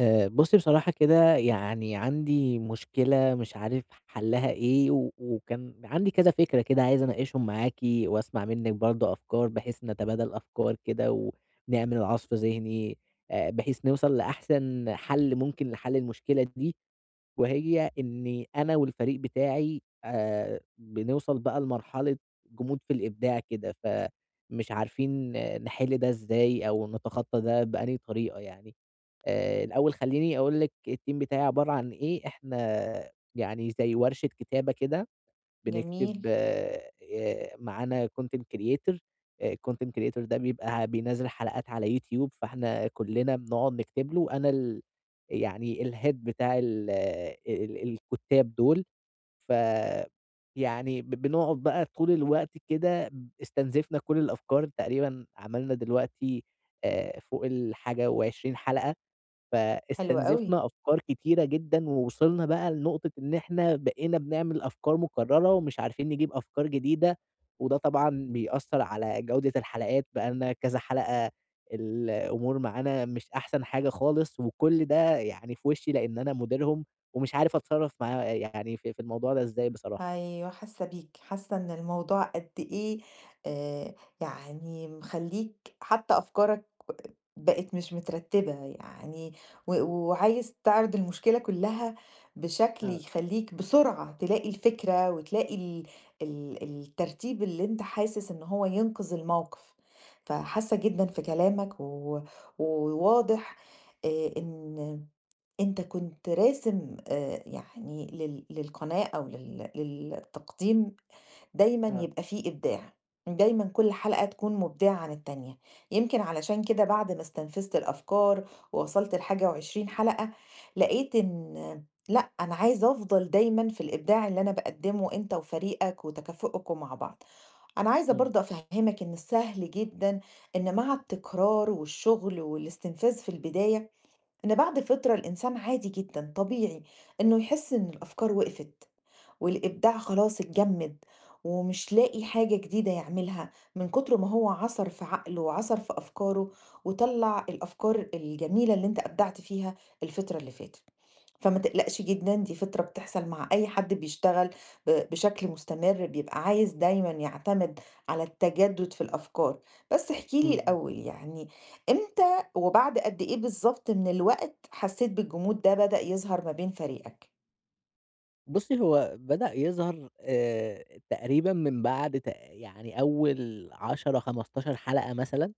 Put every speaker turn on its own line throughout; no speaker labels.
بُصّي بصراحة كده يعني عندي مشكلة مش عارف حلّها إيه، و وكان عندي كذا فكرة كده عايز أناقشهم معاكِ وأسمع منِّك برضه أفكار بحيث نتبادل أفكار كده، ونعمل عصف ذهني بحيث نوصل لأحسن حل ممكن لحل المشكلة دي، وهي إني أنا والفريق بتاعي بنوصل بقى لمرحلة جمود في الإبداع كده، فمش عارفين نحل ده إزاي أو نتخطى ده بأنهي طريقة يعني. الأول خلّيني أقول لِك الteam بتاعي عبارة عن إيه، إحنا يعني زي ورشة كتابة كده،
جميل،
بنكتب معانا content creator. الcontent creator ده بيبقى بينزّل حلقات على يوتيوب، فإحنا كُلّنا بنقعد نكتب له، أنا يعني الhead بتاع ال آه، ال الكُتّاب دول، ف يعني بنقعد بقى طول الوقت كده استنزفنا كل الأفكار، تقريبًا عملنا دلوقتي فوق ال21 حلقة.
حلو أوي.
فاستنزفنا أفكار كتيرة جدًا، ووصلنا بقى لنقطة إن إحنا بقينا بنعمل أفكار مكررة، ومش عارفين نجيب أفكار جديدة، وده طبعًا بيأثّر على جودة الحلقات، بقى لنا كذا حلقة الأمور معانا مش أحسن حاجة خالص، وكل ده يعني في وشي لإن أنا مديرهم، ومش عارف أتصرّف مع يعني في الموضوع ده إزاي بصراحة.
أيوه حاسة بيك، حاسة إن الموضوع قد إيه آآ يعني مخلّيك حتى أفكارك بقت مش مترتبة، يعني و وعايز تعرض المشكلة كلها بشكل
آه،
يخلّيك بسرعة تلاقي الفكرة وتلاقي ال الترتيب اللي أنت حاسس إن هو ينقذ الموقف. فحاسة جدًا في كلامك و وواضح إن أنت كنت راسم يعني للقناة أو للتقديم دايمًا
آه،
يبقى في إبداع، دايمًا كل حلقة تكون مبدعة عن التانية، يمكن علشان كده بعد ما استنفذت الأفكار ووصلت لحاجة و20 حلقة، لقيت إن لأ، أنا عايزة أفضل دايمًا في الإبداع اللي أنا باقدمه أنت وفريقك وتكافؤكم مع بعض. أنا عايزة
إمم،
برضه أفهمك إن السهل جدًا إن مع التكرار والشغل والاستنفاذ في البداية إن بعد فترة الإنسان عادي جدا طبيعي إنه يحس إن الأفكار وقفت والإبداع خلاص اتجمد ومش لاقي حاجة جديدة يعملها من كتر ما هو عصر في عقله وعصر في أفكاره وطلع الأفكار الجميلة اللي أنت أبدعت فيها الفترة اللي فاتت فما تقلقش جدًا، دي فطرة بتحصل مع أي حد بيشتغل بشكل مستمر، بيبقى عايز دايمًا يعتمد على التجدد في الأفكار. بس احكِ
إمم،
لي
إمم.
الأول يعني إمتى وبعد قد إيه بالضبط من الوقت حسيت بالجمود ده بدأ يظهر ما بين فريقك؟
بُصّي، هو بدأ يظهر تقريبًا من بعد يعني أول 10، 15 حلقة مثلًا،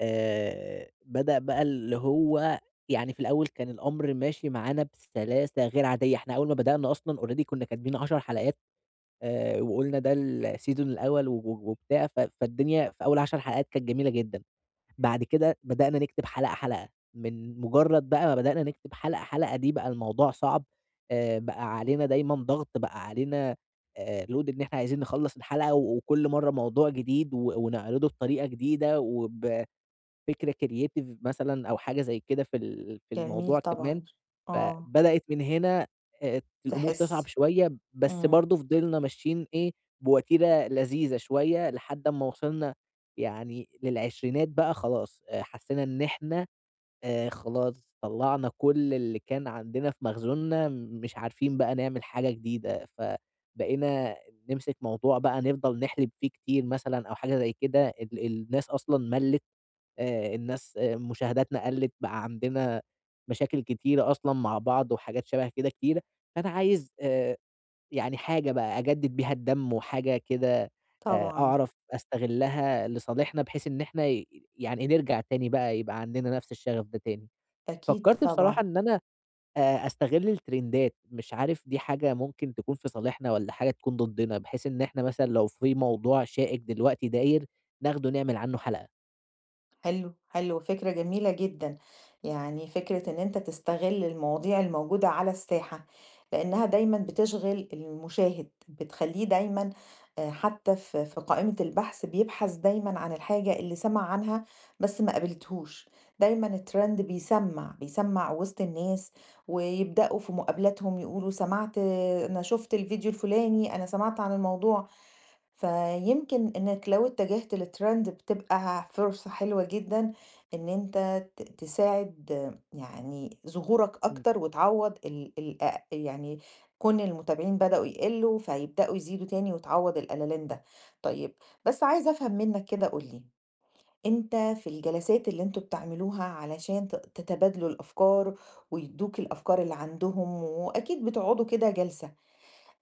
بدأ بقى اللي هو يعني في الأول كان الأمر ماشي معانا بسلاسة غير عادية، إحنا أول ما بدأنا أصلًا already كنا كاتبين 10 حلقات وقُلنا ده الseason الأول و و وبتاع، فالدنيا في أول 10 حلقات كانت جميلة جدًا. بعد كده بدأنا نكتب حلقة، حلقة، من مجرد بقى ما بدأنا نكتب حلقة، حلقة دي بقى الموضوع صعب، بقى علينا دايمًا ضغط، بقى علينا load إن إحنا عايزين نخلّص الحلقة، و وكل مرّة موضوع جديد و ونعرضه بطريقة جديدة، وبفكرة creative مثلًا أو حاجة زي كده في
جميل
الموضوع كمان.
طبعًا، آه،
فبدأت من هنا الأمور تصعب
تحس،
شوية، بس
إمم،
برضه فضلنا ماشيين إيه، بوتيرة لذيذة شوية لحد أمّا وصلنا يعني للعشرينات بقى خلاص، حسّينا إن إحنا خلاص طلّعنا كل اللي كان عندنا في مخزوننا، مش عارفين بقى نعمل حاجة جديدة، فبقينا نمسك موضوع بقى نفضل نحلب فيه كتير مثلًا أو حاجة زي كده، الناس أصلًا مَلِّت الناس مشاهداتنا قَلّت، بقى عندنا مشاكل كتيرة أصلًا مع بعض وحاجات شبه كده كتيرة، فأنا عايز يعني حاجة بقى أجدِّد بيها الدَم وحاجة كده
طبعًا،
أعرف أستغلّها لصالحنا بحيث إن إحنا يعني نرجع تاني بقى يبقى عندنا نَفْس الشغف ده تاني.
أكيد
فكّرت بصراحة
طبعًا.
إن أنا أستغل الترندات، مش عارف دي حاجة ممكن تكون في صالحنا والّا حاجة تكون ضدّنا، بحيث إن إحنا مثلًا لو في موضوع شائِك دلوقتي داير، ناخده نعمل عنّه حلقة.
حلو، حلو، فكرة جميلة جدًا، يعني فكرة إن أنت تستغل المواضيع الموجودة على الساحة، لإنها دايمًا بتشغل المشاهد، بتخلّيه دايمًا حتى في قائمة البحث بيبحث دايمًا عن الحاجة اللي سمع عنها بس ما قابلتهوش، دايمًا الtrend بيسمّع، بيسمّع وسط الناس ويبدأوا في مقابلاتهم يقولوا سمعت أنا شُفت الفيديو الفلاني، أنا سمعت عن الموضوع. فيمكن إنك لو اتجهت للtrend بتبقى فرصة حلوة جدًا إن أنت تساعد يعني ظهورك أكتر وتعوّض ال ال أ يعني كون المتابعين بدأوا يقلّوا، فيبدأوا يزيدوا تاني وتعوّض القلَلان ده. طيب، بس عايزة أفهم منّك كده قُل لي، أنت في الجلسات اللي أنتم بتعملوها علشان تتبادلوا الأفكار ويدّوك الأفكار اللي عندهم وأكيد بتقعدوا كده جلسة.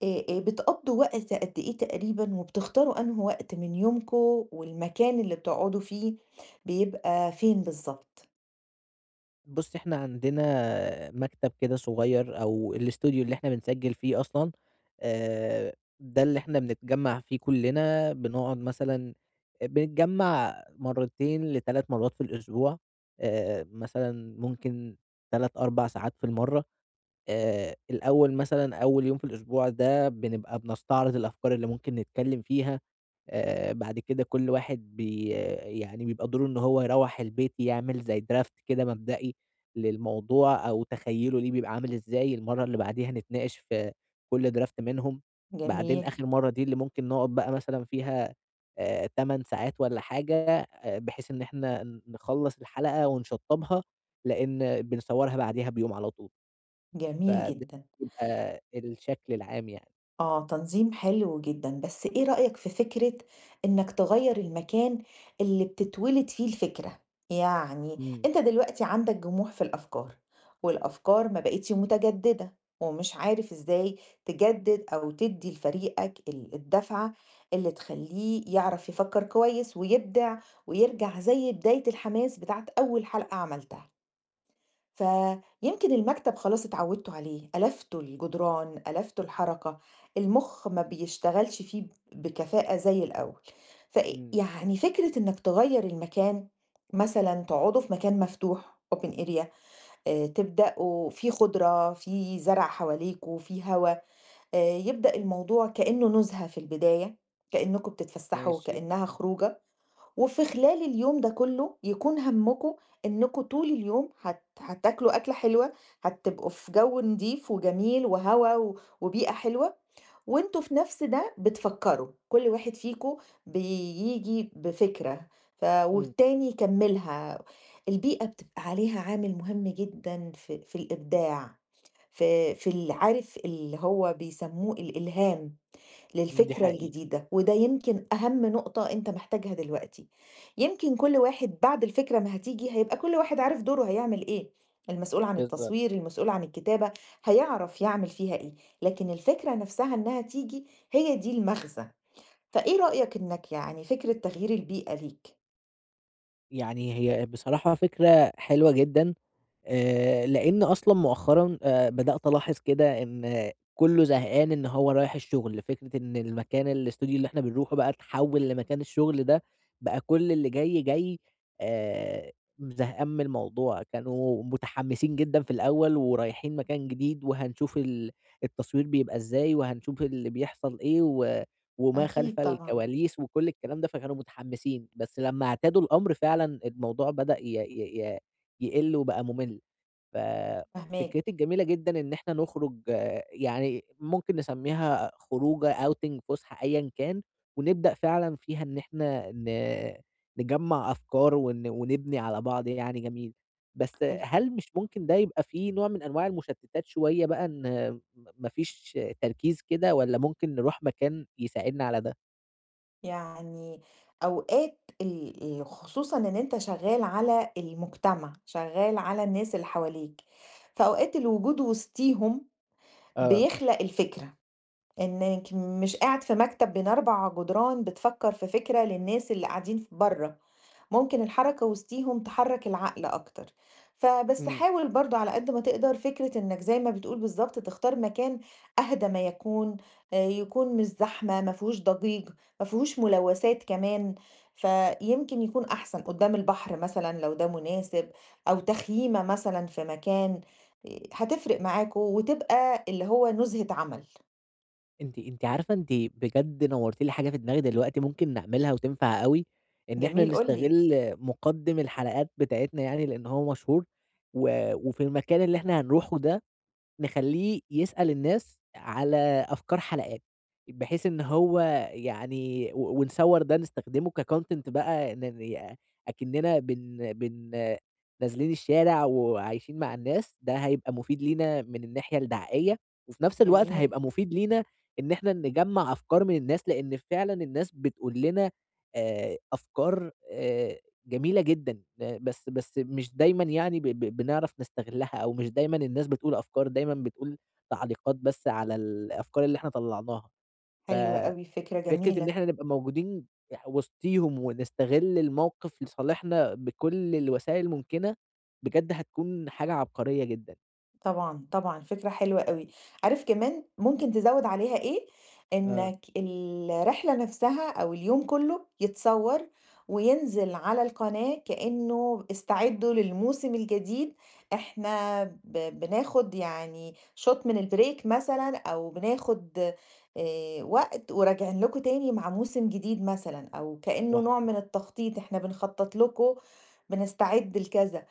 بتقضّوا وقت قد إيه تقريبًا وبتختاروا أنهي وقت من يومكم والمكان اللي بتقعدوا فيه بيبقى فين بالضبط؟
بُصّي، إحنا عندنا مكتب كده صغير أو الإستوديو اللي إحنا بنسجّل فيه أصلًا، آآ ده اللي إحنا بنتجمّع فيه كُلّنا، بنقعد مثلًا بنتجمّع مرّتين ل3 مرّات في الأسبوع، مثلًا ممكن 3، 4 ساعات في المَرّة، الأول مثلًا أول يوم في الأسبوع ده بنبقى بنستعرض الأفكار اللي ممكن نتكلّم فيها بعد كده كل واحد يعني بيبقى دوره إن هو يروّح البيت يعمل زي draft كده مبدئي للموضوع أو تخيُّله ليه بيبقى عامل إزاي، المَرّة اللي بعديها نتناقش في كل draft منهم، بعدين
جميل،
آخر مرّة دي اللي ممكن نقعد بقى مثلًا فيها 8 ساعات والّا حاجة بحيث إن إحنا نخلّص الحلقة ونشطّبها، لإن بنصوّرها بعديها بيوم على طول،
جميل
فده
جدًا.
بيبقى الشكل العام يعني.
آه، تنظيم حلو جدًا، بس إيه رأيك في فكرة إنك تغيّر المكان اللي بتتولد فيه الفكرة؟ يعني
إمم،
أنت دلوقتي عندك جموح في الأفكار، والأفكار ما بقتش متجددة، ومش عارف إزاي تجدد أو تدّي لفريقك الدفعة اللي تخلّيه يعرف يفكّر كويس ويبدع ويرجع زي بداية الحماس بتاعة أول حلقة عملتها. فيمكن المكتب خلاص اتعودتوا عليه، ألفتوا الجدران، ألفتوا الحركة، المخ ما بيشتغلش فيه بكفاءة زي الأول، فأ
إمم،
يعني فكرة إنك تغيّر المكان، مثلًا تقعدوا في مكان مفتوح open area، تبدأوا في خضرة، في زرع حواليكم، في هوا، يبدأ الموضوع كأنه نُزهة في البداية، كأنكم بتتفسحوا،
ماشي،
كأنها خروجة. وفي خلال اليوم ده كله يكون همكم إنكم طول اليوم هتاكلوا أكلة حلوة، هتبقوا في جو نضيف وجميل وهوا و وبيئة حلوة، وأنتم في نفس ده بتفكّروا، كل واحد فيكم بييجي بفكرة
إمم،
والتاني يكمّلها، البيئة بتبقى عليها عامل مهم جدًا في الإبداع، في عارف اللي هو بيسموه الإلهام.
دي
للفكرة
حقيقة،
الجديدة، وده يمكن أهم نقطة أنت محتاجها دلوقتي. يمكن كل واحد بعد الفكرة ما هتيجي هيبقى كل واحد عارف دوره هيعمل إيه، المسؤول عن
بالضبط.
التصوير، المسؤول عن الكتابة، هيعرف يعمل فيها إيه، لكن الفكرة نفسها إنها تيجي هي دي المغزى. فإيه رأيك إنك يعني فكرة تغيير البيئة ليك؟
يعني هي بصراحة فكرة حلوة جدًا، لإن أصلًا مؤخرًا بدأت ألاحظ كده إن كُلّه زهقان إن هو رايح الشغل، فكرة إن المكان الإستوديو اللي إحنا بنروحه بقى اتحوّل لمكان الشغل ده، بقى كل اللي جاي، جاي آآ، زهقان من الموضوع، كانوا متحمسين جدًا في الأول ورايحين مكان جديد وهنشوف التصوير بيبقى إزاي وهنشوف اللي بيحصل إيه و وما
أكيد
خلف
طبعًا،
الكواليس وكل الكلام ده، فكانوا متحمسين، بس لمّا اعتادوا الأمر فعلًا الموضوع بدأ ي ي ي يقِل وبقى مُمِل.
فاهماك،
ففكرتِك جميلة جدًا إن إحنا نخرج يعني ممكن نسميها خروجة outing فسحة أيًا كان، ونبدأ فعلًا فيها إن إحنا نجمّع أفكار ونبني على بعض يعني جميل. بس
حلو.
هل مش ممكن ده يبقى فيه نوع من أنواع المشتتات شوية بقى إن ما فيش تركيز كده والّا ممكن نروح مكان يساعدنا على ده؟
يعني أوقات ال ال خصوصًا إن أنت شغّال على المجتمع، شغّال على الناس اللي حواليك، فأوقات الوجود وسطيهم
آه،
بيخلق الفكرة. إنِّك مش قاعد في مكتب بين 4 جدران بتفكّر في فكرة للناس اللي قاعدين ف برّه، ممكن الحركة وسطيهم تحرّك العقل أكتر. فبس
إمم.
حاول برضه على قد ما تقدر فكرة إنك زي ما بتقول بالضبط تختار مكان أهدى ما يكون، يكون مش زحمة، ما فيهوش ضجيج، ما فيهوش ملوثات كمان، فيمكن يكون أحسن قدّام البحر مثلًا لو ده مناسب، أو تخييمة مثلًا في مكان، هتفرق معاكم وتبقى اللي هو نُزهة عمل.
أنتِ أنتِ عارفة أنتِ بجد نوّرتِ لي حاجة في دماغي دلوقتي ممكن نعملها وتنفع أوي، إن إحنا
جميل، قُل لي.
نستغل مُقدِّم الحلقات بتاعتنا يعني لإن هو مشهور، و وفي المكان اللي إحنا هنروحه ده نخلّيه يسأل الناس على أفكار حلقات، بحيث إن هو يعني ونصوّر ده نستخدمه كcontent بقى ن ي أكننا بن بن نازلين الشارع وعايشين مع الناس، ده هيبقى مفيد لينا من الناحية الدعائية، وفي نفس الوقت
جميل،
هيبقى مفيد لينا إن إحنا نجمّع أفكار من الناس، لإن فعلًا الناس بتقول لنا أفكار جميلة جدًا، بس مش دايمًا يعني ب ب بنعرف نستغلّها أو مش دايمًا الناس بتقول أفكار، دايمًا بتقول تعليقات بس على الأفكار اللي إحنا طلّعناها،
حلو
ففكرة
أوي، فكرة
إن
جميلة.
إحنا نبقى موجودين وسطيهم ونستغل الموقف لصالحنا بكل الوسائل الممكنة، بجد هتكون حاجة عبقرية جدًا.
طبعًا، طبعًا، فكرة حلوة أوي. عارف كمان ممكن تزوّد عليها إيه،
آه،
إنك الرحلة نفسها أو اليوم كلّه يتصوّر وينزل على القناة كإنه استعدوا للموسم الجديد، إحنا بناخد يعني شوط من الbreak مثلًا أو بناخد وقت وراجعين لكم تاني مع موسم جديد مثلًا أو كإنه
صح.
نوع من التخطيط، إحنا بنخطط لكم، بنستعد لكذا.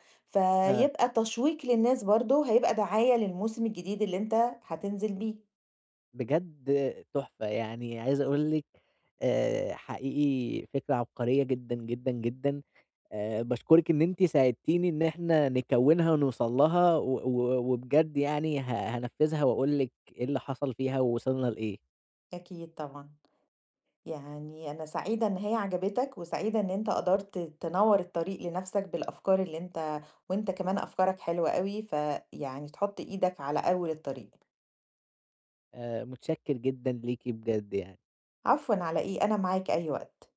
آه.
فيبقى تشويق للناس برضه، هيبقى دعاية للموسم الجديد اللي أنت هتنزل بيه.
بجد تحفة، يعني عايز أقول لِك حقيقي فكرة عبقرية جدًا، جدًا، جدًا، باشكرِك إن أنتِ ساعدتيني إن إحنا نكوّنها ونوصل لها و و وبجد يعني هانفّذها وأقول لِك إيه اللي حصل فيها ووصلنا لإيه،
أكيد طبعًا. يعني أنا سعيدة إن هي عجبتك، وسعيدة إن أنت قدرت تنوّر الطريق لنفسك بالأفكار اللي أنت وأنت كمان أفكارك حلوة أوي، فيعني تحط إيدك على أول الطريق.
متشكر جدًا ليكِ بجد يعني.
عفوًا على إيه، أنا معاك أي وقت.